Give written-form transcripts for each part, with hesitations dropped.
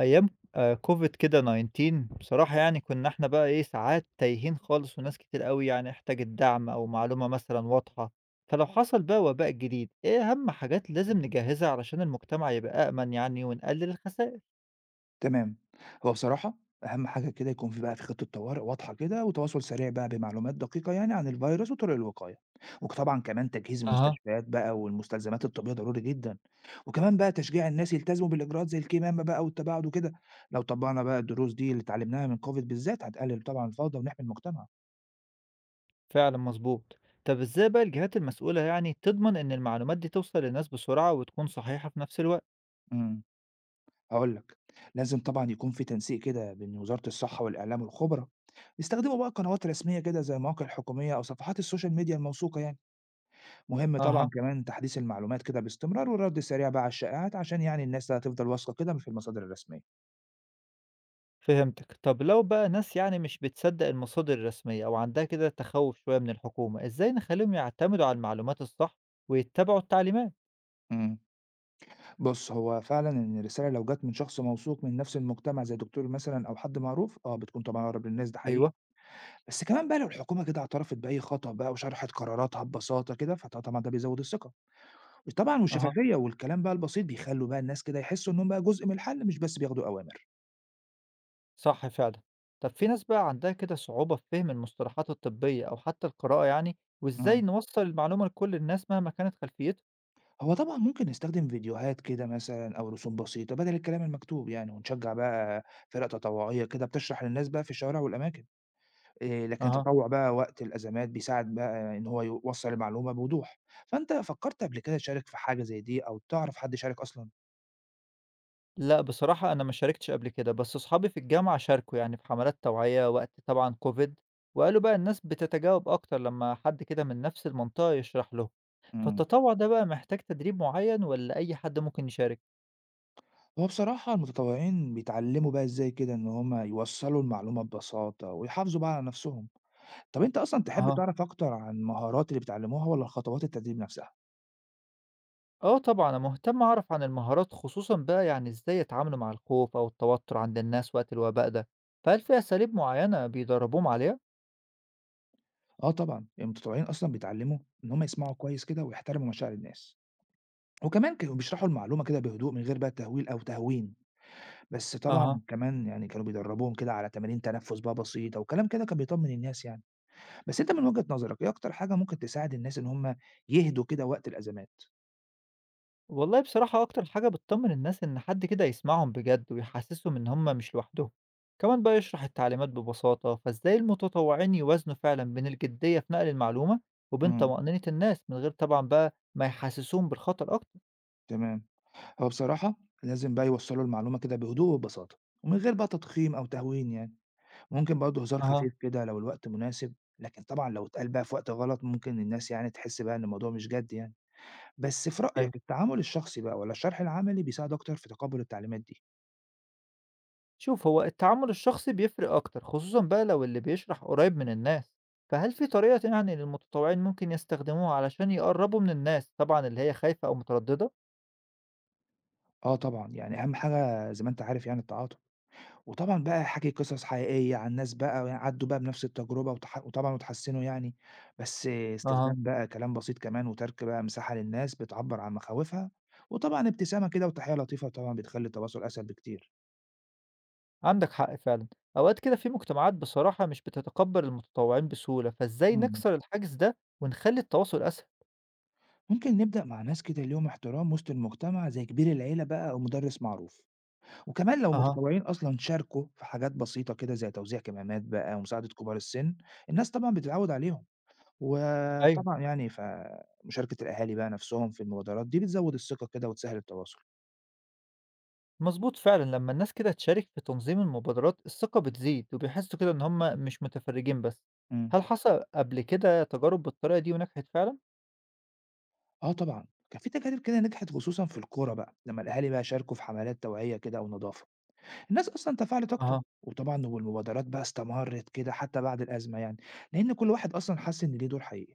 أيام COVID كده 19 بصراحة يعني كنا إحنا بقى إيه، ساعات تايهين خالص وناس كتير أوي يعني احتاجت دعم أو معلومة مثلًا واضحة، فلو حصل بقى وباء جديد، إيه أهم حاجات لازم نجهّزها علشان المجتمع يبقى أأمن يعني ونقلل الخسائر؟ تمام. هو بصراحة أهم حاجة كده يكون في بقى في خطة طوارئ واضحة كده، وتواصل سريع بقى بمعلومات دقيقة يعني عن الفيروس وطرق الوقاية، وطبعًا كمان تجهيز أها. المستشفيات بقى والمستلزمات الطبية ضروري جدًا، وكمان بقى تشجيع الناس يلتزموا بالإجراءات زي الكمامة بقى والتباعد وكده. لو طبقنا بقى الدروس دي اللي اتعلمناها من كوفيد بالذات، هتقلل طبعًا الفوضى ونحمي المجتمع. فعلًا مضبوط. طب إزاي بقى الجهات المسؤولة يعني تضمن إن المعلومات دي توصل للناس بسرعة وتكون صحيحة في نفس الوقت؟ إمم، هاقول لك، لازم طبعًا يكون في تنسيق كده بين وزارة الصحة والإعلام والخبراء، يستخدموا بقى قنوات رسمية كده زي المواقع الحكومية أو صفحات السوشيال ميديا الموثوقة يعني. مهم طبعًا أها. كمان تحديث المعلومات كده باستمرار، والرد السريع بقى على الشائعات، عشان يعني الناس هتفضل واثقة كده في المصادر الرسمية. فهمتِك. طب لو بقى ناس يعني مش بتصدّق المصادر الرسمية أو عندها كده تخوّف شوية من الحكومة، إزاي نخلّيهم يعتمدوا على المعلومات الصح ويتّبعوا التعليمات؟ امم. بُص، هو فعلًا إن الرسالة لو جات من شخص موثوق من نفس المجتمع زي دكتور مثلًا أو حد معروف، آه بتكون طبعًا أقرب للناس، ده حقيقي. أيوه. بس كمان بقى لو الحكومة كده اعترفت بأي خطأ بقى وشرحت قراراتها ببساطة كده، فطبعًا ده بيزود الثقة. وطبعًا أها، والشفافية والكلام بقى البسيط بيخلّوا بقى الناس كده يحسوا إنهم بقى جزء من الحل مش بس بياخدوا أوامر. صح فعلًا. طب في ناس بقى عندها كده صعوبة في فهم المصطلحات الطبية أو حتى القراءة يعني، وإزاي امم. نوصّل المعلومة لكل الناس مهما كانت خلفيتهم؟ هو طبعًا ممكن نستخدم فيديوهات كده مثلًا أو رسوم بسيطة بدل الكلام المكتوب يعني، ونشجّع بقى فرق تطوعية كده بتشرح للناس بقى في الشوارع والأماكن. لكن أها. التطوع بقى وقت الأزمات بيساعد بقى إن هو يوصّل المعلومة بوضوح. فأنت فكّرت قبل كده تشارك في حاجة زي دي أو تعرف حد شارك أصلًا؟ لأ، بصراحة أنا ما شاركتش قبل كده، بس أصحابي في الجامعة شاركوا يعني في حملات توعية وقت طبعًا كوفيد، وقالوا بقى الناس بتتجاوب أكتر لمّا حد كده من نفس المنطقة يشرح لهم. إمم، فالتطوع ده بقى محتاج تدريب معين والّا أي حد ممكن يشارك؟ هو بصراحة المتطوعين بيتعلّموا بقى إزاي كده إن هم يوصّلوا المعلومة ببساطة ويحافظوا بقى على نَفْسهم. طَب أنت أصلًا تحب أها. تعرف أكتر عن المهارات اللي بيتعلّموها والّا خطوات التدريب نَفْسها؟ آه طبعًا، أنا مهتم أعرف عن المهارات خصوصًا بقى يعني إزاي يتعاملوا مع الخوف أو التوتر عند الناس وقت الوباء ده، فهل في أساليب معينة بيدربوهم عليها؟ آه طبعًا، المتطوعين أصلًا بيتعلموا إن هم يسمعوا كويس كده ويحترموا مشاعر الناس، وكمان كانوا بيشرحوا المعلومة كده بهدوء من غير بقى تهويل أو تهوين، بس طبعًا أها. كمان يعني كانوا بيدربوهم كده على تمارين تنفس بقى بسيطة، وكلام كده كان بيطمن الناس يعني. بس أنت من وجهة نظرك إيه أكتر حاجة ممكن تساعد الناس إن هم يهدوا كده وقت الأزمات؟ والله بصراحة أكتر حاجة بتطمن الناس إن حد كده يسمعهم بجد ويحسسهم إن هم مش لوحدهم، كمان بقى يشرح التعليمات ببساطة، فإزاي المتطوعين يوازنوا فعلا بين الجدية في نقل المعلومة وبين إمم، طمأنينة الناس من غير طبعا بقى ما يحسسوهم بالخطر أكتر. تمام، هو بصراحة لازم بقى يوصّلوا المعلومة كده بهدوء وببساطة، ومن غير بقى تضخيم أو تهوين يعني. ممكن برضه هزار أها، خفيف كده لو الوقت مناسب، لكن طبعًا لو اتقال بقى في وقت غلط ممكن الناس يعني تحس بقى إن الموضوع مش جد يعني. بس في أيوه. رأيك التعامل الشخصي بقى والّا الشرح العملي بيساعد أكتر في تقبُل التعليمات دي؟ شوف، هو التعامل الشخصي بيفرق أكتر خصوصا بقى لو اللي بيشرح قريب من الناس، فهل في طريقة يعني للمتطوعين ممكن يستخدموها علشان يقربوا من الناس طبعا اللي هي خايفة أو مترددة؟ آه طبعًا، يعني أهم حاجة زي ما أنت عارف يعني التعاطف، وطبعًا بقى حكي قصص حقيقية عن ناس بقى يعني عدّوا بقى بنفس التجربة وطبعًا واتحسنوا يعني، بس أها. استخدام بقى كلام بسيط كمان وترك بقى مساحة للناس بتعبّر عن مخاوفها، وطبعًا ابتسامة كده وتحية لطيفة طبعًا بتخلّي التواصل أسهل بكتير. عندك حق فعلا. أوقات كده في مجتمعات بصراحة مش بتتقبل المتطوعين بسهولة، فإزاي إمم. نكسر الحاجز ده ونخلي التواصل أسهل؟ ممكن نبدأ مع ناس كده ليهم احترام وسط المجتمع زي كبير العيلة بقى أو مدرس معروف، وكمان لو اها. متطوعين أصلا شاركوا في حاجات بسيطة كده زي توزيع كمامات بقى ومساعدة كبار السن، الناس طبعا بتتعود عليهم. ايوه، وطبعا يعني فمشاركة الأهالي بقى نفسهم في المبادرات دي بتزود الثقة كده وتسهل التواصل. مظبوط فعلا لما الناس كده تشارك في تنظيم المبادرات الثقة بتزيد وبيحسوا كده إن هم مش متفرجين بس. مم. هل حصل قبل كده تجارب بالطريقة دي ونجحت فعلا؟ اه طبعا كان في تجارب كده نجحت، خصوصا في الكورة بقى لما الأهالي بقى شاركوا في حملات توعية كده ونظافة، الناس أصلًا تفاعلت أكتر، اها. وطبعًا والمبادرات بقى استمرت كده حتى بعد الأزمة يعني، لأن كل واحد أصلًا حس إن ليه دور حقيقي.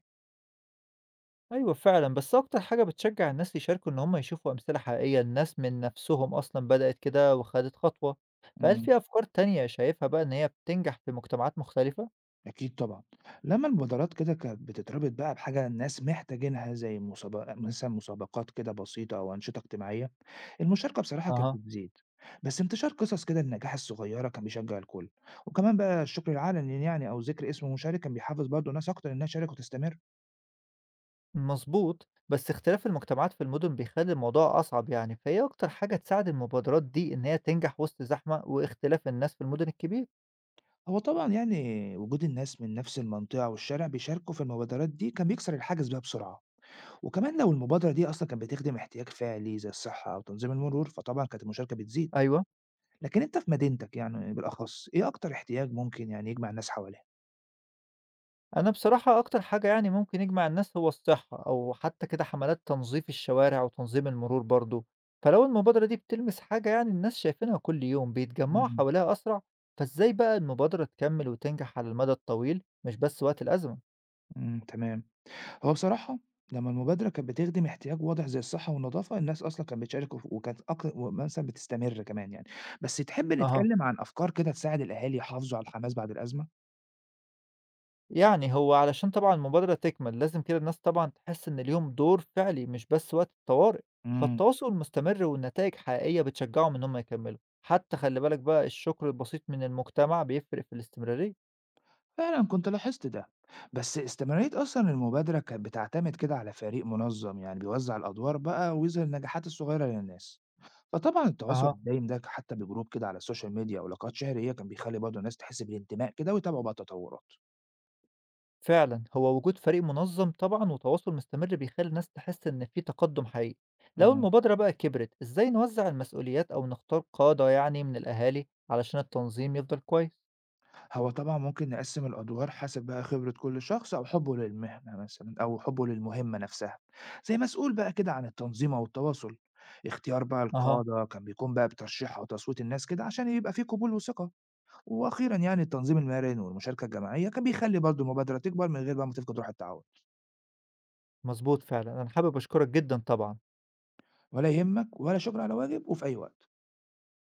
أيوة فعلا، بس أكتر حاجة بتشجع الناس يشاركوا إن هم يشوفوا أمثلة حقيقية الناس من نفسهم أصلا بدأت كده وخدت خطوة. فهل إمم. في أفكار تانية شايفها بقى إن هي بتنجح في مجتمعات مختلفة؟ أكيد طبعًا، لمّا المبادرات كده كانت بتتربط بقى بحاجة الناس محتاجينها، زي مثلًا مسابقات كده بسيطة أو أنشطة اجتماعية، المشاركة بصراحة كانت اها. بتزيد، بس انتشار قصص كده النجاح الصغيرة كان بيشجع الكل، وكمان بقى الشكر العلني يعني أو ذكر اسم المشارك كان بيحفز برضه ناس أكتر إنها تشارك وتستمر. مظبوط، بس اختلاف المجتمعات في المدن بيخلي الموضوع أصعب يعني، فهي أكتر حاجة تساعد المبادرات دي إن هي تنجح وسط زحمة واختلاف الناس في المدن الكبير. هو طبعًا يعني وجود الناس من نفس المنطقة والشارع بيشاركوا في المبادرات دي كان بيكسر الحاجز بقى بسرعة، وكمان لو المبادرة دي أصلًا كانت بتخدم احتياج فعلي زي الصحة أو تنظيم المرور، فطبعًا كانت المشاركة بتزيد. أيوة. لكن أنت في مدينتك يعني بالأخص إيه أكتر احتياج ممكن يعني يجمع الناس حواليه؟ أنا بصراحة أكتر حاجة يعني ممكن يجمع الناس هو الصحة أو حتى كده حملات تنظيف الشوارع وتنظيم المرور برضو. فلو المبادرة دي بتلمس حاجة يعني الناس شايفينها كل يوم بيتجمعوا إمم، حواليها أسرع. فإزاي بقى المبادرة تكمل وتنجح على المدى الطويل مش بس وقت الأزمة؟ إمم، تمام. هو بصراحة لمّا المبادرة كانت بتخدم احتياج واضح زي الصحة والنضافة، الناس أصلًا كانت بتشارك وكانت ومثلًا بتستمر كمان يعني. بس تحب أها. نتكلم عن أفكار كده تساعد الأهالي يحافظوا على الحماس بعد الأزمة؟ يعني هو علشان طبعًا المبادرة تكمل، لازم كده الناس طبعًا تحس إن ليهم دور فعلي مش بس وقت الطوارئ، إمم. فالتواصل المستمر والنتائج حقيقية بتشجعهم إن هم يكملوا، حتى خلّي بالك بقى الشكر البسيط من المجتمع بيفرق في الاستمرارية. فعلا كنت لاحظت ده. بس استمرارية أصلا المبادرة كانت بتعتمد كده على فريق منظم يعني بيوزع الأدوار بقى ويظهر النجاحات الصغيرة للناس، فطبعا التواصل أها. الدايم ده حتى بجروب كده على السوشيال ميديا ولقاءات شهرية كان بيخلي برضه الناس تحس بالانتماء كده ويتابعوا بقى التطورات. فعلًا هو وجود فريق منظم طبعًا وتواصل مستمر بيخلّي الناس تحس إن في تقدم حقيقي. لو مم. المبادرة بقى كبرت، إزاي نوزع المسؤوليات أو نختار قادة يعني من الأهالي علشان التنظيم يفضل كويس؟ هو طبعا ممكن نقسم الأدوار حسب بقى خبرة كل شخص أو حبه للمهنة مثلا أو حبه للمهمة نفسها، زي مسؤول بقى كده عن التنظيم أو التواصل. اختيار بقى أها. القادة كان بيكون بقى بترشيح أو تصويت الناس كده عشان يبقى فيه قبول وثقة. وأخيرًا يعني التنظيم المرن والمشاركة الجماعية كان بيخلّي برضه المبادرة تكبر من غير بقى ما تفقد روح التعاون. مضبوط فعلًا، أنا حابب أشكرك جدًا طبعًا. ولا يهمك، ولا شكر على واجب، وفي أي وقت.